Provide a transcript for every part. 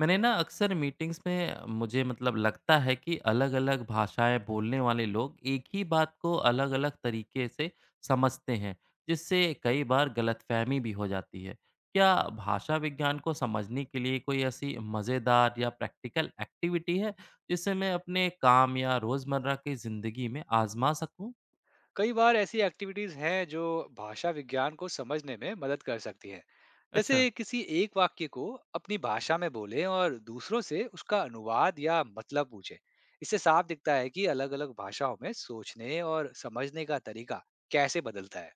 मैंने ना अक्सर मीटिंग्स में मुझे मतलब लगता है कि अलग-अलग भाषाएं बोलने वाले लोग एक ही बात को अलग-अलग तरीके से समझते हैं, जिससे कई बार गलतफहमी भी हो जाती है। क्या भाषा विज्ञान को समझने के लिए कोई ऐसी मज़ेदार या प्रैक्टिकल एक्टिविटी है, जिसे मैं अपने काम या रोज़मर्रा की ज़िंदगी में आज़मा सकूँ? कई बार ऐसी एक्टिविटीज हैं जो भाषा विज्ञान को समझने में मदद कर सकती हैं। अच्छा। जैसे किसी एक वाक्य को अपनी भाषा में बोलें और दूसरों से उसका अनुवाद या मतलब पूछें। इससे साफ दिखता है कि अलग अलग भाषाओं में सोचने और समझने का तरीका कैसे बदलता है।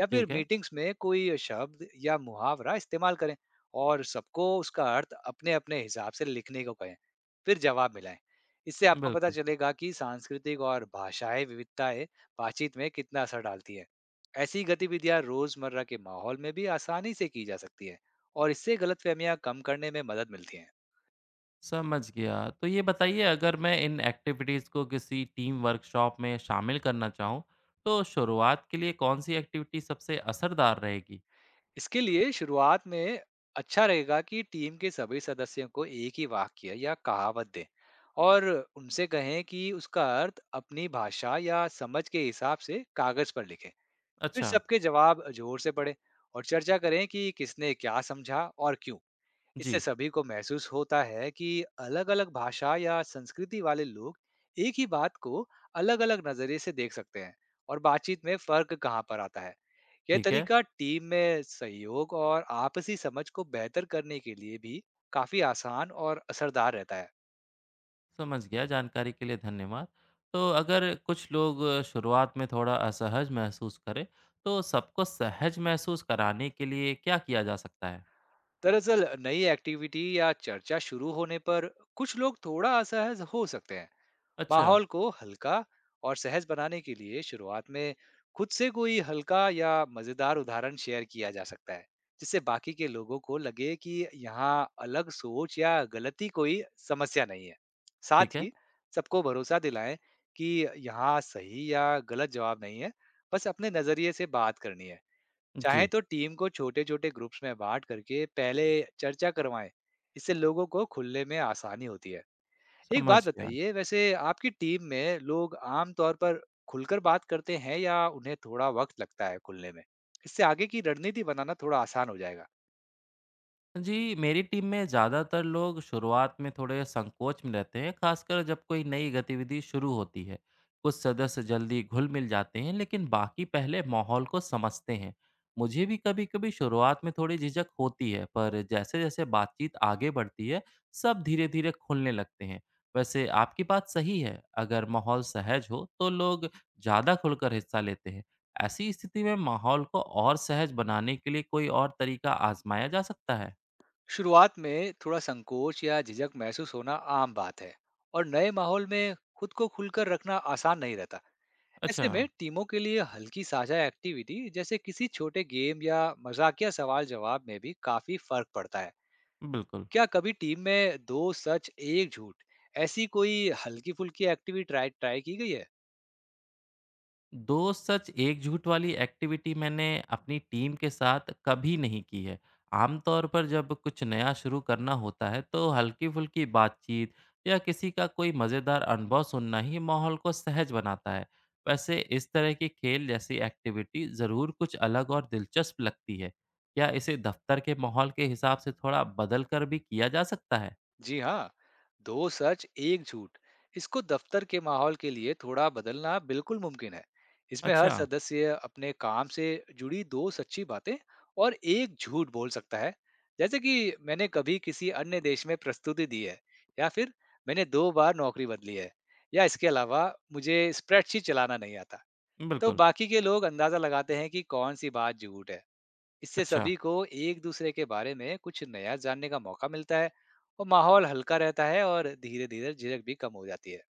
या फिर ठीक है, मीटिंग्स में कोई शब्द या मुहावरा इस्तेमाल करें और सबको उसका अर्थ अपने अपने हिसाब से लिखने को कहें, फिर जवाब मिलाएं। इससे आपको पता बिल्कुल। चलेगा कि सांस्कृतिक और भाषाई विविधताएं बातचीत में कितना असर डालती है। ऐसी गतिविधियां रोजमर्रा के माहौल में भी आसानी से की जा सकती है और इससे गलतफहमियां कम करने में मदद मिलती है। समझ गया। तो ये बताइए अगर मैं इन एक्टिविटीज़ को किसी टीम वर्कशॉप में शामिल करना चाहूँ, तो शुरुआत के लिए कौन-सी एक्टिविटी सबसे असरदार रहेगी? इसके लिए शुरुआत में अच्छा रहेगा कि टीम के सभी सदस्यों को एक ही वाक्य या कहावत दें और उनसे कहें कि उसका अर्थ अपनी भाषा या समझ के हिसाब से कागज पर लिखें। फिर अच्छा, सबके जवाब जोर से पढ़ें और चर्चा करें कि किसने क्या समझा और क्यों। इससे जी, सभी को महसूस होता है कि अलग-अलग भाषा या संस्कृति वाले लोग एक ही बात को अलग-अलग नजरिए से देख सकते हैं और बातचीत में फर्क कहाँ पर आता है। यह ठीक है। तरीका टीम में सहयोग और आपसी समझ को बेहतर करने के लिए भी काफी आसान और असरदार रहता है। समझ गया, जानकारी के लिए धन्यवाद। तो अगर कुछ लोग शुरुआत में थोड़ा असहज महसूस करें, तो सबको सहज महसूस कराने के लिए क्या किया जा सकता है? दरअसल नई एक्टिविटी या चर्चा शुरू होने पर कुछ लोग थोड़ा असहज हो सकते हैं। अच्छा, माहौल को हल्का और सहज बनाने के लिए शुरुआत में खुद से कोई हल्का या मजेदार उदाहरण शेयर किया जा सकता है, जिससे बाकी के लोगों को लगे कि यहाँ अलग सोच या गलती कोई समस्या नहीं है। ठीक साथ है। ही सबको भरोसा दिलाएं कि यहाँ सही या गलत जवाब नहीं है, बस अपने नजरिए से बात करनी है। चाहे जी, तो टीम को छोटे छोटे ग्रुप्स में बांट करके पहले चर्चा करवाएं, इससे लोगों को खुलने में आसानी होती है। एक समझ बात गया। बताइए वैसे, आपकी टीम में लोग आम तौर पर खुलकर बात करते हैं या उन्हें थोड़ा वक्त लगता है खुलने में? इससे आगे की रणनीति बनाना थोड़ा आसान हो जाएगा। जी, मेरी टीम में ज़्यादातर लोग शुरुआत में थोड़े संकोच में रहते हैं, खासकर जब कोई नई गतिविधि शुरू होती है। कुछ सदस्य जल्दी घुल-मिल जाते हैं, लेकिन बाकी पहले माहौल को समझते हैं। मुझे भी कभी-कभी शुरुआत में थोड़ी झिझक होती है, पर जैसे-जैसे बातचीत आगे बढ़ती है, सब धीरे-धीरे खुलने लगते हैं। वैसे आपकी बात सही है, अगर माहौल सहज हो, तो लोग ज़्यादा खुलकर हिस्सा लेते हैं। ऐसी स्थिति में माहौल को और सहज बनाने के लिए कोई और तरीका आज़माया जा सकता है? शुरुआत में थोड़ा संकोच या झिझक महसूस होना आम बात है और नए माहौल में खुद को खुलकर रखना आसान नहीं रहता। अच्छा, ऐसे में टीमों के लिए हल्की साझा एक्टिविटी जैसे किसी छोटे गेम या मजाकिया सवाल जवाब में भी काफी फर्क पड़ता है। बिल्कुल। क्या कभी टीम में दो सच एक झूठ ऐसी कोई हल्की फुल्की एक्टिविटी ट्राई ट्राई की गई है? 2 सच 1 झूठ वाली एक्टिविटी मैंने अपनी टीम के साथ कभी नहीं की है। आमतौर पर जब कुछ नया शुरू करना होता है, तो हल्की-फुल्की बातचीत या किसी का कोई मज़ेदार अनुभव सुनना ही माहौल को सहज बनाता है। वैसे इस तरह के खेल जैसी एक्टिविटी ज़रूर कुछ अलग और दिलचस्प लगती है। क्या इसे दफ़्तर के माहौल के हिसाब से थोड़ा बदल कर भी किया जा सकता है? जी हाँ, दो सच एक झूठ इसको दफ्तर के माहौल के लिए थोड़ा बदलना बिल्कुल मुमकिन है। इसमें हर अच्छा, सदस्य अपने काम से जुड़ी दो सच्ची बातें और एक झूठ बोल सकता है। जैसे कि मैंने कभी किसी अन्य देश में प्रस्तुति दी है, या फिर मैंने दो बार नौकरी बदली है, या इसके अलावा मुझे स्प्रेडशीट चलाना नहीं आता। तो बिल्कुल। बाकी के लोग अंदाजा लगाते हैं कि कौन सी बात झूठ है। इससे अच्छा। सभी को एक दूसरे के बारे में कुछ नया जानने का मौका मिलता है और माहौल हल्का रहता है और धीरे धीरे झिझक भी कम हो जाती है।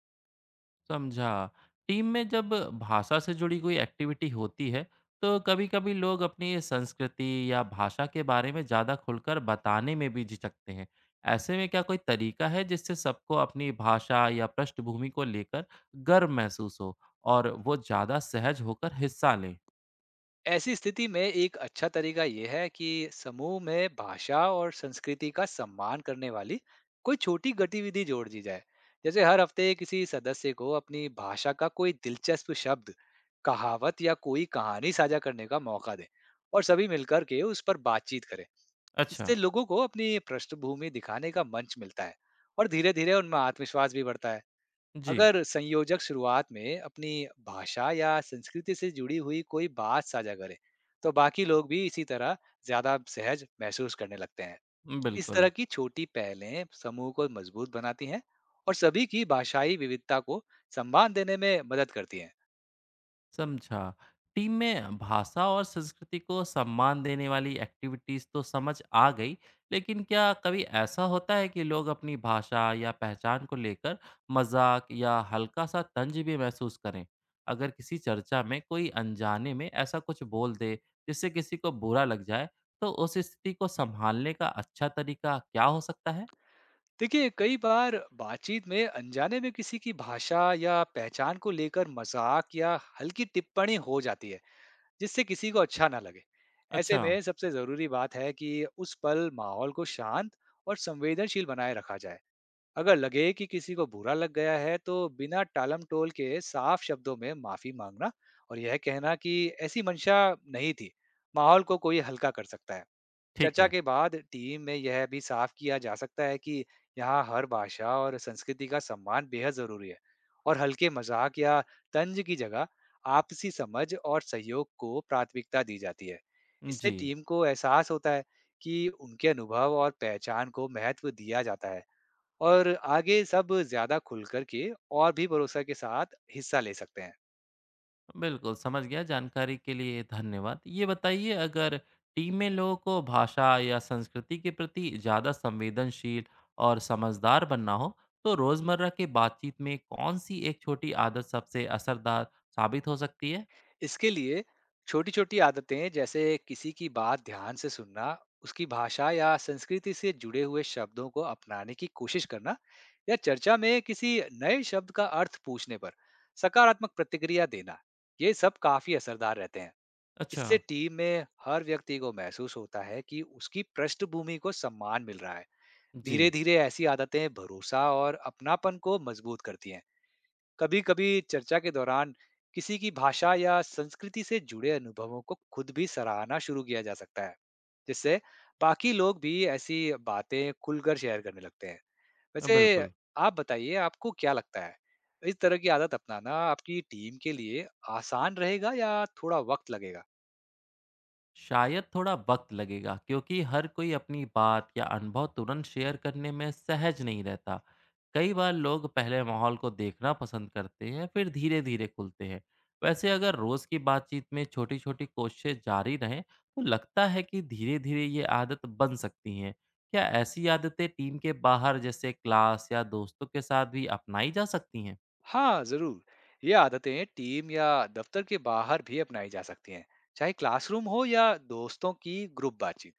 समझा। टीम में जब भाषा से जुड़ी कोई एक्टिविटी होती है, तो कभी-कभी लोग अपनी संस्कृति या भाषा के बारे में ज़्यादा खुलकर बताने में भी झिझकते हैं। ऐसे में क्या कोई तरीका है जिससे सबको अपनी भाषा या पृष्ठभूमि को लेकर गर्व महसूस हो और वो ज़्यादा सहज होकर हिस्सा लें? ऐसी स्थिति में एक अच्छा तरीका यह है कि समूह में भाषा और संस्कृति का सम्मान करने वाली कोई छोटी गतिविधि जोड़ दी जाए। जैसे हर हफ्ते किसी सदस्य को अपनी भाषा का कोई दिलचस्प शब्द, कहावत या कोई कहानी साझा करने का मौका दें और सभी मिलकर के उस पर बातचीत करें। अच्छा, इससे लोगों को अपनी पृष्ठभूमि दिखाने का मंच मिलता है और धीरे धीरे उनमें आत्मविश्वास भी बढ़ता है। जी, अगर संयोजक शुरुआत में अपनी भाषा या संस्कृति से जुड़ी हुई कोई बात साझा करे, तो बाकी लोग भी इसी तरह ज्यादा सहज महसूस करने लगते हैं। इस बिल्कुल। तरह की छोटी पहलें समूह को मजबूत बनाती हैं और सभी की भाषाई विविधता को सम्मान देने में मदद करती हैं। समझा। टीम में भाषा और संस्कृति को सम्मान देने वाली एक्टिविटीज़ तो समझ आ गई, लेकिन क्या कभी ऐसा होता है कि लोग अपनी भाषा या पहचान को लेकर मज़ाक या हल्का-सा तंज भी महसूस करें? अगर किसी चर्चा में कोई अनजाने में ऐसा कुछ बोल दे, जिससे किसी को बुरा लग जाए, तो उस स्थिति को सँभालने का अच्छा तरीका क्या हो सकता है? देखिए, कई बार बातचीत में अनजाने में किसी की भाषा या पहचान को लेकर मजाक या हल्की टिप्पणी हो जाती है, जिससे किसी को अच्छा ना लगे। ऐसे अच्छा, में सबसे जरूरी बात है कि उस पल माहौल को शांत और संवेदनशील बनाए रखा जाए। अगर लगे कि किसी को बुरा लग गया है, तो बिना टालम टोल के साफ शब्दों में माफी मांगना और यह कहना कि ऐसी मंशा नहीं थी, माहौल को कोई हल्का कर सकता है। ठीक चर्चा है। के बाद टीम में यह भी साफ किया जा सकता है कि यहाँ हर भाषा और संस्कृति का सम्मान बेहद जरूरी है और हल्के मजाक या तंज की जगह आपसी समझ और सहयोग को प्राथमिकता दी जाती है। इससे जी। टीम को एहसास होता है कि उनके अनुभव और पहचान को महत्व दिया जाता है और आगे सब ज्यादा खुलकर के और भी भरोसा के साथ हिस्सा ले सकते हैं। बिल्कुल, समझ गया। जानकारी के लिए धन्यवाद। ये बताइए अगर टीम में लोगों को भाषा या संस्कृति के प्रति ज़्यादा संवेदनशील और समझदार बनना हो, तो रोज़मर्रा की बातचीत में कौन-सी एक छोटी आदत सबसे असरदार साबित हो सकती है? इसके लिए छोटी छोटी आदतें जैसे किसी की बात ध्यान से सुनना, उसकी भाषा या संस्कृति से जुड़े हुए शब्दों को अपनाने की कोशिश करना, या चर्चा में किसी नए शब्द का अर्थ पूछने पर सकारात्मक प्रतिक्रिया देना, ये सब काफी असरदार रहते हैं। अच्छा। इससे टीम में हर व्यक्ति को महसूस होता है कि उसकी पृष्ठभूमि को सम्मान मिल रहा है। धीरे जी, धीरे ऐसी आदतें भरोसा और अपनापन को मजबूत करती हैं। कभी-कभी चर्चा के दौरान किसी की भाषा या संस्कृति से जुड़े अनुभवों को खुद भी सराहना शुरू किया जा सकता है, जिससे बाकी लोग भी ऐसी बातें खुलकर शेयर करने लगते हैं। वैसे बिल्कुल। आप बताइए, आपको क्या लगता है, इस तरह की आदत अपनाना आपकी टीम के लिए आसान रहेगा या थोड़ा वक्त लगेगा? शायद थोड़ा वक़्त लगेगा क्योंकि हर कोई अपनी बात या अनुभव तुरंत शेयर करने में सहज नहीं रहता। कई बार लोग पहले माहौल को देखना पसंद करते हैं, फिर धीरे-धीरे खुलते हैं। वैसे अगर रोज़ की बातचीत में छोटी-छोटी कोशिशें जारी रहें, तो लगता है कि धीरे-धीरे ये आदत बन सकती हैं। क्या ऐसी आदतें टीम के बाहर जैसे क्लास या दोस्तों के साथ भी अपनाई जा सकती हैं? हाँ जरूर, ये आदतें टीम या दफ्तर के बाहर भी अपनाई जा सकती हैं। चाहे क्लासरूम हो या दोस्तों की ग्रुप बातचीत,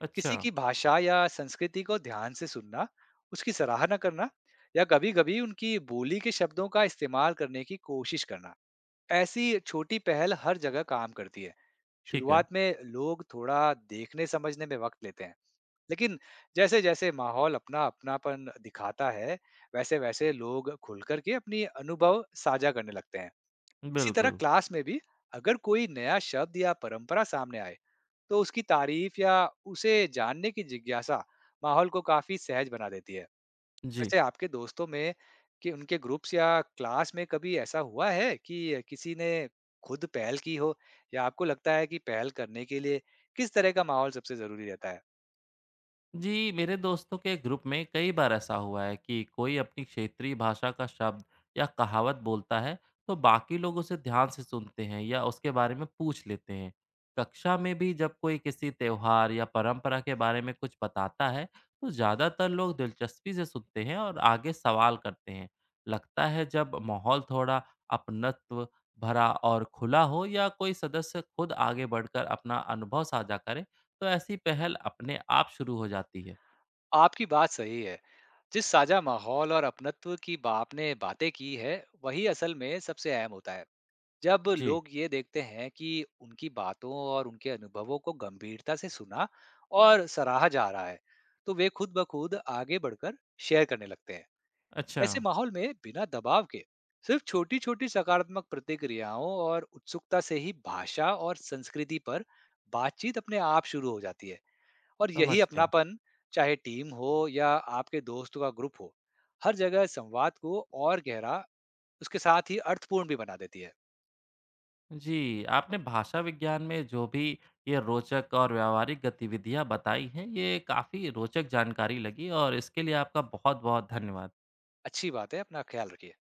अच्छा, किसी की भाषा या संस्कृति को ध्यान से सुनना, उसकी सराहना करना या कभी-कभी उनकी बोली के शब्दों का इस्तेमाल करने की कोशिश करना। ऐसी छोटी पहल हर जगह काम करती है। ठीक है। शुरुआत में लोग थोड़ा देखने समझने में वक्त लेते हैं, लेकिन जैसे-जैसे माहौल अपना अपनापन दिखाता है, वैसे-वैसे लोग खुलकर के अपनी अनुभव साझा करने लगते हैं। इसी तरह बिल्कुल। क्लास में भी अगर कोई नया शब्द या परंपरा सामने आए, तो उसकी तारीफ या उसे जानने की जिज्ञासा माहौल को काफी सहज बना देती है। जी। वैसे आपके दोस्तों में कि उनके ग्रुप्स या क्लास में कभी ऐसा हुआ है कि किसी ने खुद पहल की हो, या आपको लगता है कि पहल करने के लिए किस तरह का माहौल सबसे जरूरी रहता है? जी, मेरे दोस्तों के ग्रुप में कई बार ऐसा हुआ है कि कोई अपनी क्षेत्रीय भाषा का शब्द या कहावत बोलता है, तो बाकी लोग उसे ध्यान से सुनते हैं या उसके बारे में पूछ लेते हैं। कक्षा में भी जब कोई किसी त्योहार या परंपरा के बारे में कुछ बताता है, तो ज़्यादातर लोग दिलचस्पी से सुनते हैं और आगे सवाल करते हैं। लगता है जब माहौल थोड़ा अपनत्व भरा और खुला हो या कोई सदस्य खुद आगे बढ़कर अपना अनुभव साझा करे, तो ऐसी पहल अपने आप शुरू हो जाती है। आपकी बात सही है। जिस साझा माहौल और अपनत्व की आपने बातें की है, वही असल में सबसे अहम होता है। जब जी। लोग ये देखते हैं कि उनकी बातों और उनके अनुभवों को गंभीरता से सुना और सराहा जा रहा है, तो वे खुद ब खुद आगे बढ़कर शेयर करने लगते हैं। अच्छा, ऐसे माहौल में बिना दबाव के सिर्फ छोटी-छोटी सकारात्मक प्रतिक्रियाओं और उत्सुकता से ही भाषा और संस्कृति पर बातचीत अपने आप शुरू हो जाती है। और समझ यही गया। अपनापन, चाहे टीम हो या आपके दोस्तों का ग्रुप हो, हर जगह संवाद को और गहरा उसके साथ ही अर्थपूर्ण भी बना देती है। जी, आपने भाषा विज्ञान में जो भी ये रोचक और व्यावहारिक गतिविधियाँ बताई हैं, ये काफ़ी रोचक जानकारी लगी और इसके लिए आपका बहुत-बहुत धन्यवाद। अच्छी बात है, अपना ख्याल रखिए।